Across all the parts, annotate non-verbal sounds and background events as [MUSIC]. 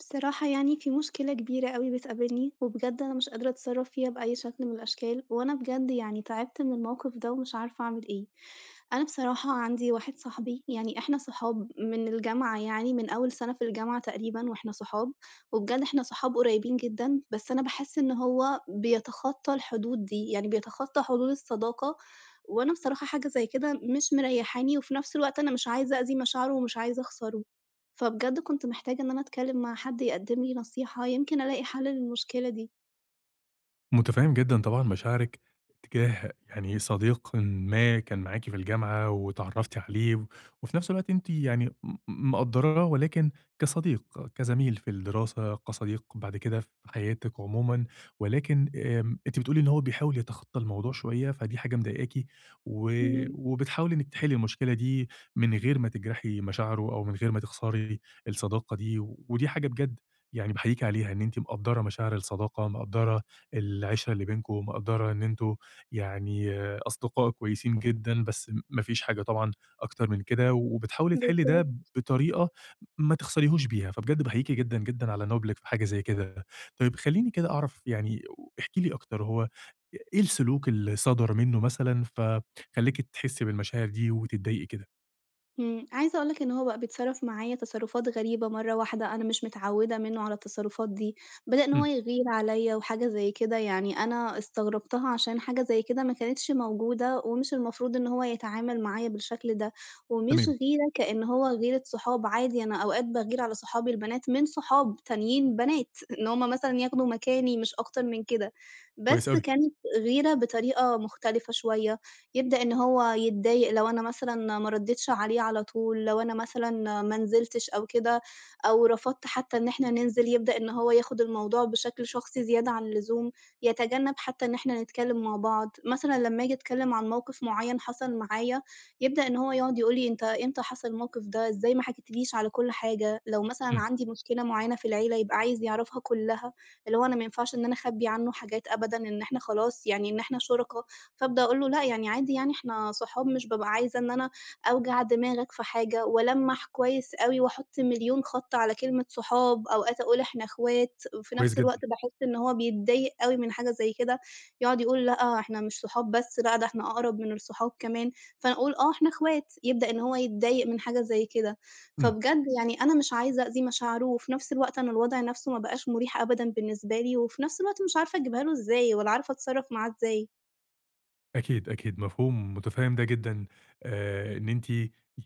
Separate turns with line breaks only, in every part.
بصراحة يعني في مشكلة كبيرة أوي بتقابلني، وبجد أنا مش قادرة أتصرّف فيها بأي شكل من الأشكال، وأنا بجد يعني تعبت من الموقف ده ومش عارفة أعمل إيه. أنا بصراحة عندي واحد صاحبي، يعني إحنا صحاب من الجامعة يعني من أول سَنة في الجامعة تقريبًا وإحنا صحاب، وبجد إحنا صحاب قريبين جدًا، بس أنا باحس إن هو بيتخطّى الحدود دي، يعني بيتخطّى حدود الصداقة، وأنا بصراحة حاجة زي كده مش مريّحاني، وفي نفس الوقت أنا مش عايزة أذي مشاعره ومش عايزة أخسره. فبجد كنت محتاجة إن أنا أتكلّم مع حد يقدّم لي نصيحة، يمكن ألاقي حَل للمشكلة دي.
متفهم جدًا طبعًا مشاعرِك تجاه يعني صديق ما كان معاكِ في الجامعة واتعرفتِ عليه، وفي نفس الوقت أنتِ يعني مقدراه ولكن كصديق، كزميل في الدراسة، كصديق بعد كده في حياتِك عمومًا، ولكن أنتِ بتقولي إن هو بيحاول يتخطى الموضوع شوية، فدي حاجة مضايقاكِ، و
إمم،
وبتحاولي إنِك تحلي المشكلة دي من غير ما تجرحي مشاعره أو من غير ما تخسري الصداقة دي، ودي حاجة بجد يعني باحييكِ عليها إن أنتِ مقدرة مشاعر الصداقة، مقدرة العِشرة اللي بينكم مقدّرة إن أنتم يعني أصدقاء كويسين جدًا، بس ما فيش حاجة طبعًا أكتر من كده، وبتحاولي تحلّي
بالضبط.
ده بطريقة ما تخسريهوش بيها، فبجد باحييكِ جدًا، جدًا على نُضلِك في حاجة زي كده. طيب خلّيني كده أعرف يعني احكي لي أكتر، هو إيه السلوك اللي صدر منّه مثلًا فخلّاكِ تحسّي بالمشاعر دي وتتضايقي كده؟
إمم، عايزة أقول لك إن هو بقى بيتصرّف معايا تصرُّفات غريبة مرّة واحدة، أنا مش متعوّدة منّه على التصرُّفات دي، بدأ إن هو
إمم،
يغير عليّا وحاجة زي كده، يعني أنا استغربتها عشان حاجة زي كده ما كانتش موجودة ومش المفروض إن هو يتعامل معايا بالشكل ده، ومش
تمام،
غيرة كإن هو غيرة صحاب عادي، أنا أوقات باغير على صحابي البنات من صحاب تانيين بنات، [LAUGHS] إن هم مثلًا ياخدوا مكاني مش أكتر من كده،
كويس
بس
أوي،
كانت غيرة بطريقة مختلفة شوية. يبدأ إن هو يتضايق لو أنا مثلًا ما ردّيتش عليه على طول، لو أنا مثلًا ما نزلتش أو كده، أو رفضت حتى إن إحنا ننزل، يبدأ إن هو ياخد الموضوع بشكل شخصي زيادة عن اللزوم، يتجنب حتى إن إحنا نتكلم مع بعض. مثلًا لمّا آجي أتكلم عن موقف معيّن حصل معايا، يبدأ إن هو يقعد يقول لي: "أنت إمتى حصل الموقف ده؟ إزاي ما حكيتليش على كل حاجة؟" لو مثلًا
إمم،
عندي مشكلة معيّنة في العيلة، يبقى عايز يعرفها كلّها، اللي هو أنا ما ينفعش إن أنا أخبّي عنّه حاجات أبدًا، إن إحنا خلاص يعني إن إحنا شُركا، فابدأ أقول له: "لأ، يعني عادي يعني إحنا صحاب، مش بابقى عايزة إن أنا أوجع دماغك في حاجة." وألمّح كويس أوي وأحُط مليون خط على كلمة صحاب، أوقات أقول إحنا إخوات، وفي
كويس
نفس
جدًا،
الوقت باحس إن هو بيتضايق أوي من حاجة زي كده، يقعد يقول: "لأ، إحنا مش صحاب بس، لأ ده إحنا أقرب من الصحاب كمان." فأنا أقول: "آه، إحنا إخوات." يبدأ إن هو يتضايق من حاجة زي كده.
إمم.
فبجد يعني أنا مش عايزة أذي مشاعره، وفي نفس الوقت أنا الوضع نفسه ما بقاش مُريح أبدًا بالنسبة لي، وفي نفس الوقت مش عارفة أجيبها له إزاي، ولا عارفة أتصرّف معاه إزاي.
أكيد، أكيد، مفهوم متفهّم ده جدًا، إن أنتِ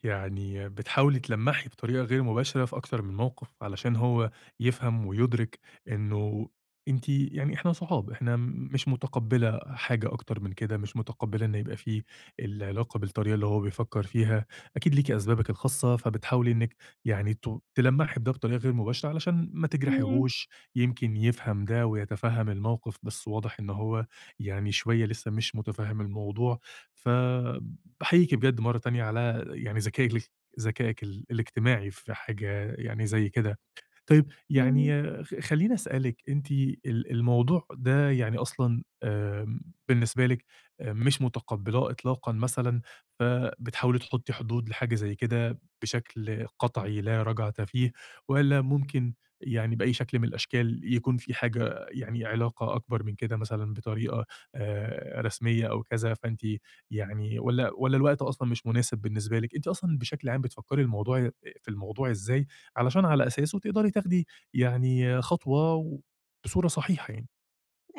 يعني بتحاولي تلمّحي بطريقة غير مباشرة في أكتر من موقف علشان هو يفهم ويُدرك إنه أنتِ يعني إحنا صحاب، إحنا مش متقبّلة حاجة أكتر من كده، مش متقبّلة إن يبقى في العلاقة بالطريقة اللي هو بيفكّر فيها، أكيد ليكِ أسبابِك الخاصة، فبتحاولي إنِّك يعني تلمّحي بده بطريقة غير مباشرة علشان ما
إمم.
تجرحيهوش، يمكن يفهم ده ويتفهّم الموقف، بس واضح إن هو يعني شوية لسه مش متفهم الموضوع، فباحييكِ بجد مرّة تانية على يعني ذكائِك الاجتماعي في حاجة يعني زي كده. طيب
إمم،
يعني خلّيني أسألِك أنتِ الموضوع ده يعني أصلًا بالنسبة لِك مش متقبّلاه إطلاقًا مثلًا، فبتحاولي تحطّي حدود لحاجة زي كده بشكل قطعي لا رجعة فيه، والّا ممكن يعني بأي شكل من الأشكال يكون في حاجة يعني علاقة أكبر من كده مثلًا بطريقة رسمية أو كذا، فأنتِ يعني والّا الوقت أصلًا مش مناسب بالنسبة لِك؟ أنتِ أصلًا بشكل عام بتفكّري في الموضوع إزاي، علشان على أساسه تقدري تاخدي يعني خطوة و بصورة صحيحة يعني.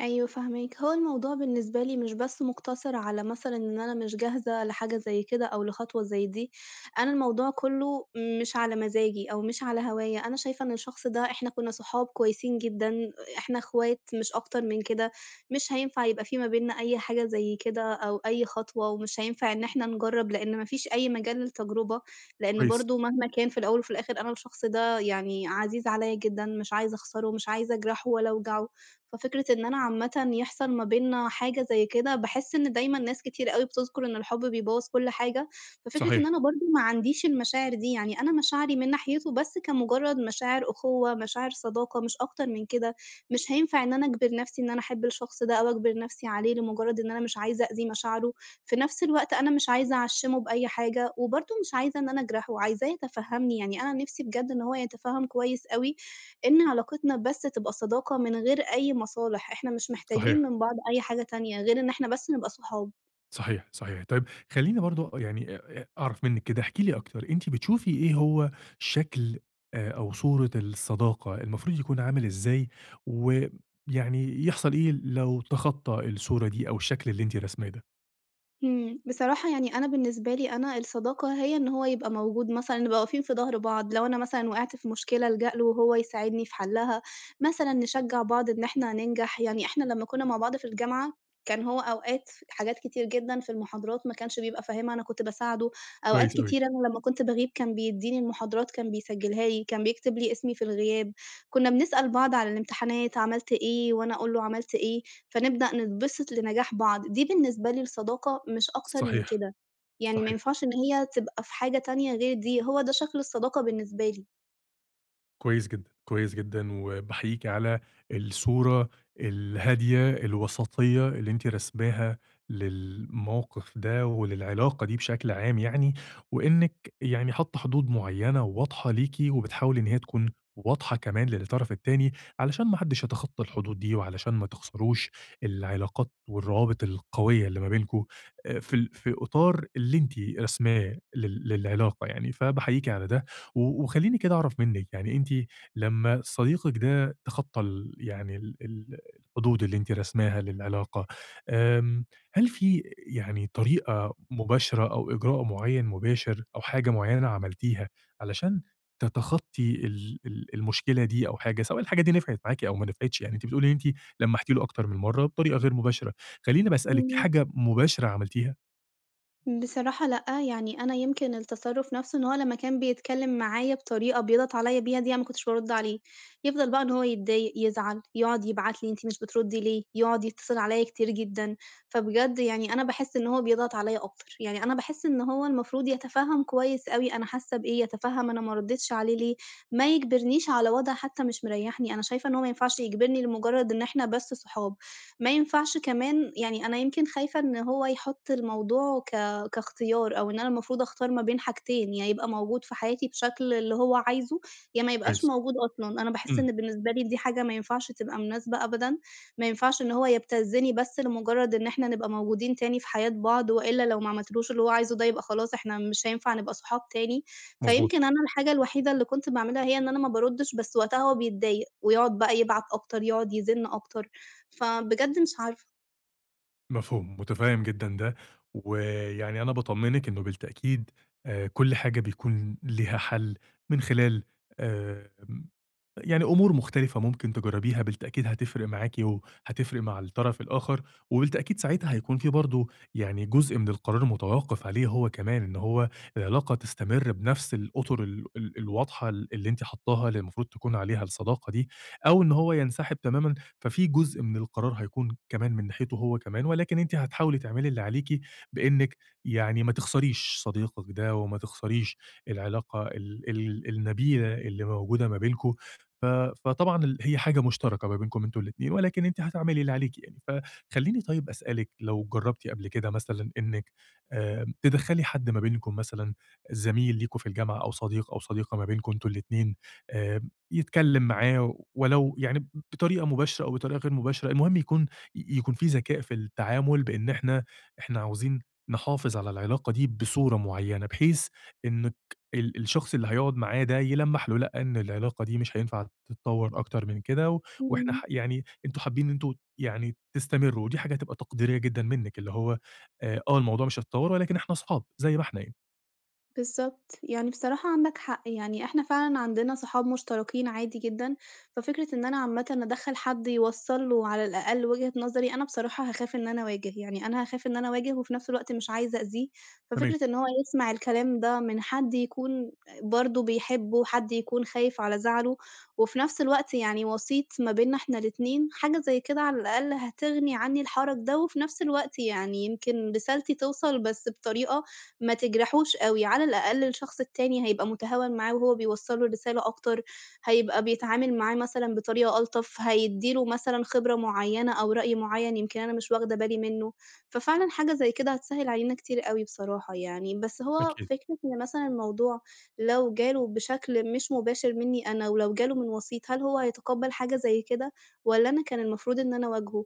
أيوه فاهماك. هو الموضوع بالنسبة لي مش بس مُقتصِر على مثلًا إن أنا مش جاهزة لحاجة زي كده أو لخطوة زي دي، أنا الموضوع كُلّه مش على مزاجي أو مش على هوايا، أنا شايفة إن الشخص ده إحنا كُنّا صحاب كويسين جدًا، إحنا إخوات مش أكتر من كده، مش هينفع يبقى في ما بيننا أي حاجة زي كده أو أي خطوة ومش هينفع إن إحنا نجرّب، لإن ما فيش أي مجال للتجربة، لإن
كويس،
برضه مهما كان في الأول وفي الآخِر أنا الشخص ده يعني عزيز عليّا جدًا، مش عايزة أخسره، مش عايزة أجرحه ولا أوجعه. ففكرة إن أنا عامةً يحصل ما بيننا حاجة زي كده، باحس إن دايمًا ناس كتير أوي بتذكر إن الحب بيبوّظ كل حاجة، ففكرة إن
صحيح،
أنا برضه ما عنديش المشاعر دي، يعني أنا مشاعري من ناحيته بس كمجرد مشاعر أخوة، مشاعر صداقة، مش أكتر من كده، مش هينفع إن أنا أجبر نفسي إن أنا أحب الشخص ده أو أجبر نفسي عليه لمجرد إن أنا مش عايزة أأذي مشاعره، في نفس الوقت أنا مش عايزة أعشّمه بأي حاجة، وبرضه مش عايزة إن أنا أجرحه، عايزاه يتفهّمني، يعني أنا نفسي بجد إن هو يتفهّم كويس أوي إن علاقتنا بس تبقى صداقة من غير أي مصالح، إحنا مش محتاجين
صحيح،
من بعض أي حاجة تانية غير إن إحنا بس نبقى صحاب.
صحيح، صحيح. طيب خلّيني برضه يعني أ أ أعرف منِّك كده، احكي لي أكتر، أنتِ بتشوفي إيه هو شكل أو صورة الصداقة المفروض يكون عامل إزاي، ويعني يحصل إيه لو تخطّى الصورة دي أو الشكل اللي أنتِ راسماه ده؟
إمم، بصراحة يعني أنا بالنسبة لي أنا الصداقة هي إن هو يبقى موجود مثلًا نبقى واقفين في ضهر بعض، لو أنا مثلًا وقعت في مشكلة ألجأ له وهو يساعدني في حلّها، مثلًا نشجّع بعض إن إحنا هننجح، يعني إحنا لمّا كنا مع بعض في الجامعة كان هو أوقات ف حاجات كتير جدًا في المحاضرات ما كانش بيبقى فاهمها أنا كنت باساعده، أوقات
كويس أوي،
كتير أنا لمّا كنت باغيب كان بيدّيني المحاضرات كان بيسجّلها لي، كان بيكتب لي اسمي في الغياب. كنا بنسأل بعض على الامتحانات عملت إيه، وأنا أقول له عملت إيه، فنبدأ نتبسط لنجاح بعض، دي بالنسبة لي الصداقة مش أكتر من
صحيح،
كده، يعني ما
صحيح.
ينفعش إن هي تبقى في حاجة تانية غير دي، هو ده شكل الصداقة بالنسبة
كويس جدًا، كويس جدًا، وباحييكِ على الصورة الهادية الوسطية اللي أنتِ راسماها للموقف ده وللعلاقة دي بشكل عام يعني، وإنِّك يعني حاطة حدود معيّنة واضحة ليكِ، وبتحاولي إن هي تكون واضحة كمان للطرف التاني، علشان ما حدش يتخطى الحدود دي، وعلشان ما تخسروش العلاقات والروابط القوية اللي ما بينكم، في في إطار اللي أنتِ راسماه للعلاقة يعني، فباحييكِ على ده. وخلّيني كده أعرف منِّك، يعني أنتِ لمّا صديقِك ده تخطّى ال يعني ال ال الحدود اللي أنتِ راسماها للعلاقة، آمم، هل في يعني طريقة مباشرة أو إجراء معيّن مباشر أو حاجة معيّنة عملتيها علشان تتخطّي ال ال المشكلة دي أو حاجة، سواء الحاجة دي نفعت معاكِ أو ما نفعتش، يعني أنتِ بتقولي إن أنتِ لمّحتِ له أكتر من مرّة بطريقة غير مباشرة، خلّيني باسألِك في
لي.
حاجة مباشرة عملتيها؟
بصراحة لأ، يعني أنا يمكن التصرُّف نَفْسه إن هو لمّا كان بيتكلّم معايا بطريقة بيضغط عليّا بيها دي أنا ما كنتش بارُد عليه، يفضل بقى إن هو يتضايق، يزعل، يقعد يبعت لي: "أنتِ مش بترُدّي ليه؟" يقعد يتصل عليّا كتير جدًا، فبجد يعني أنا باحس إن هو بيضغط عليّا أكتر، يعني أنا باحس إن هو المفروض يتفهَّم كويس أوي أنا حاسة بإيه، يتفهَّم أنا ما ردّيتش عليه ليه، ما يجبرنيش على وضع حتى مش مريّحني، أنا شايفة إن هو ما ينفعش يجبرني لمُجرّد إن إحنا بس صحاب، ما ينفعش كمان يعني أنا يمكن خايفة إن هو يحُط الموضوع كاختيار، أو إن أنا المفروض أختار ما بين حاجتين، يا يبقى موجود في حياتي بشكل اللي هو عايزه، يا ما يبقاش
كويس،
موجود أصلًا. أنا باحس
إمم،
إن بالنسبة لي دي حاجة ما ينفعش تبقى مناسبة أبدًا، ما ينفعش إن هو يبتزني بس لمجرد إن إحنا نبقى موجودين تاني في حياة بعض، وإلا لو ما عملتلوش اللي هو عايزه ده يبقى خلاص إحنا مش هينفع نبقى صحاب تاني.
مضبوط.
فيمكن أنا الحاجة الوحيدة اللي كنت باعملها هي إن أنا ما باردش، بس وقتها هو بيتضايق، ويقعد بقى يبعت أكتر، يقعد يزن أكتر، فبجد مش عارفة.
مفهوم، متفهم جدًا ده، ويعني أنا باطمنِك إنه بالتأكيد كل حاجة بيكون ليها حل من خلال آمم يعني أمور مختلفة ممكن تجرّبيها بالتأكيد هتفرق معاكِ وهتفرق مع الطرف الآخر، وبالتأكيد ساعتها هيكون في برضه يعني جزء من القرار متوقّف عليه هو كمان، إن هو العلاقة تستمر بنفس الأطر ال ال الواضحة اللي أنتِ حاطّاها اللي المفروض تكون عليها الصداقة دي، أو إن هو ينسحب تمامًا، ففي جزء من القرار هيكون كمان من ناحيته هو كمان، ولكن أنتِ هتحاولي تعملي اللي عليكِ بإنِّك يعني ما تخسريش صديقِك ده وما تخسريش العلاقة ال ال النبيلة اللي موجودة ما بينكم، ف فطبعًا هي حاجة مشتركة ما بينكم أنتم الاتنين، ولكن أنتِ هتعملي اللي عليكِ يعني. فخلّيني طيب أسألِك لو جرّبتِ قبل كده مثلًا إنِّك تدخّلي حد ما بينكم مثلًا زميل ليكم في الجامعة أو صديق أو صديقة ما بينكم أنتم الاتنين، يتكلّم معاه ولو يعني بطريقة مباشرة أو بطريقة غير مباشرة، المهم يكون يكون في ذكاء في التعامل بإن إحنا عاوزين نحافظ على العلاقة دي بصورة معيّنة، بحيث إن الشخص اللي هيقعد معاه ده يلمّح له لأ، إن العلاقة دي مش هينفع تتطوّر أكتر من كده، و وإحنا
إمم.
ح يعني أنتم حابين إن أنتم يعني تستمروا، ودي حاجة هتبقى تقديرية جدًا منِّك، اللي هو الموضوع مش هيتطوّر ولكن إحنا أصحاب زي ما إحنا يعني،
بالضبط، يعني بصراحة عندك حق، يعني إحنا فعلًا عندنا صحاب مشتركين عادي جدًا، ففكرة إن أنا عامةً أدخّل حد يوصّل له على الأقل وجهة نظري، أنا بصراحة هاخاف إن أنا أواجه، يعني أنا هاخاف إن أنا أواجه وفي نفس الوقت مش عايزة أأذيه،
تمام.
ففكرة إن هو يسمع الكلام ده من حد يكون برضه بيحبه، حد يكون خايف على زعله، وفي نفس الوقت يعني وسيط ما بيننا إحنا الاتنين، حاجة زي كده على الأقل هتغني عني الحرج ده، وفي نفس الوقت يعني يمكن رسالتي توصل بس بطريقة ما تجرحوش أوي، على الأقل الشخص التاني هيبقى متهاون معاه وهو بيوصّل له الرسالة أكتر، هيبقى بيتعامل معاه مثلًا بطريقة ألطف، هيدّي له مثلًا خبرة معيّنة أو رأي معيّن يمكن أنا مش واخدة بالي منّه، ففعلًا حاجة زي كده هتسهّل علينا كتير أوي بصراحة يعني، بس هو
أكيد.
فكرة إن مثلًا الموضوع لو جاله بشكل مش مباشر منّي أنا ولو جاله من وسيط، هل هو هيتقبّل حاجة زي كده والّا أنا كان المفروض إن أنا أواجهه؟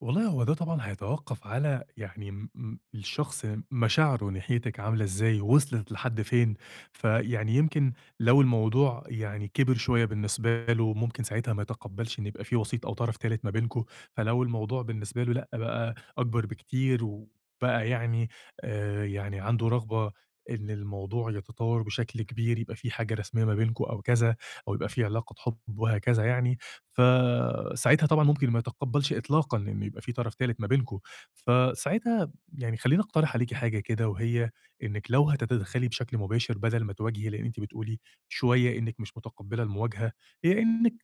والله هو ده طبعًا هيتوقّف على يعني م م الشخص مشاعره ناحيتِك عاملة إزاي، وصلت لحد فين، فيعني يمكن لو الموضوع يعني كبر شوية بالنسبة له، ممكن ساعتها ما يتقبّلش إن يبقى في وسيط أو طرف تالت ما بينكم، فلو الموضوع بالنسبة له لأ بقى أكبر بكتير وبقى يعني يعني عنده رغبة إن الموضوع يتطوّر بشكل كبير، يبقى في حاجة رسمية ما بينكم أو كذا، أو يبقى في علاقة حُب وهكذا يعني، فساعتها طبعًا ممكن ما يتقبّلش إطلاقًا إن يبقى في طرف تالت ما بينكم، فساعتها يعني خلّيني أقترح عليكِ حاجة كده وهي إنِّك لو هتتدخّلي بشكل مباشر بدل ما تواجهي، لإن أنتِ بتقولي شوية إنِّك مش متقبّلة المواجهة، هي إنِّك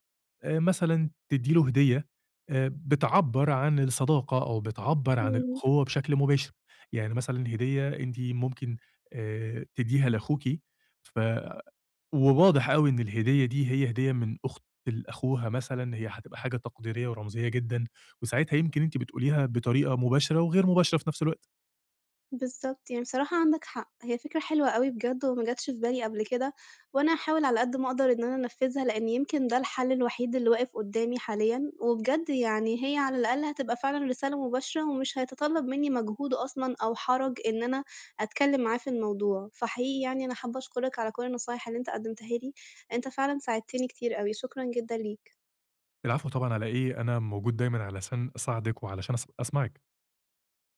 مثلًا تدّي له هدية بتعبّر عن الصداقة أو بتعبّر عن
إمم.
الأخوة بشكل مباشر، يعني مثلًا هدية أنتِ ممكن تدّيها لأخوكِ ف وواضح أوي إن الهدية دي هي هدية من أخت لأخوها مثلًا، هي هتبقى حاجة تقديرية ورمزية جدًا، وساعتها يمكن أنتِ بتقوليها بطريقة مباشرة وغير مباشرة في نفس الوقت.
بالضبط، يعني بصراحة عندك حق، هي فكرة حلوة أوي بجد وما جاتش في بالي قبل كده، وأنا هاحاول على قد ما أقدر إن أنا أنفّذها، لإن يمكن ده الحل الوحيد اللي واقف قدّامي حاليًا، وبجد يعني هي على الأقل هتبقى فعلًا رسالة مباشرة ومش هيتطلب منّي مجهود أصلًا أو حرج إن أنا أتكلّم معاه في الموضوع، فحقيقي يعني أنا حابة أشكرك على كل النصايح اللي أنت قدّمتها لي، أنت فعلًا ساعدتني كتير أوي، شكرًا جدًا ليك.
العفو طبعًا على إيه، أنا موجود دايمًا علشان أساعدِك وعلشان أسمعِك.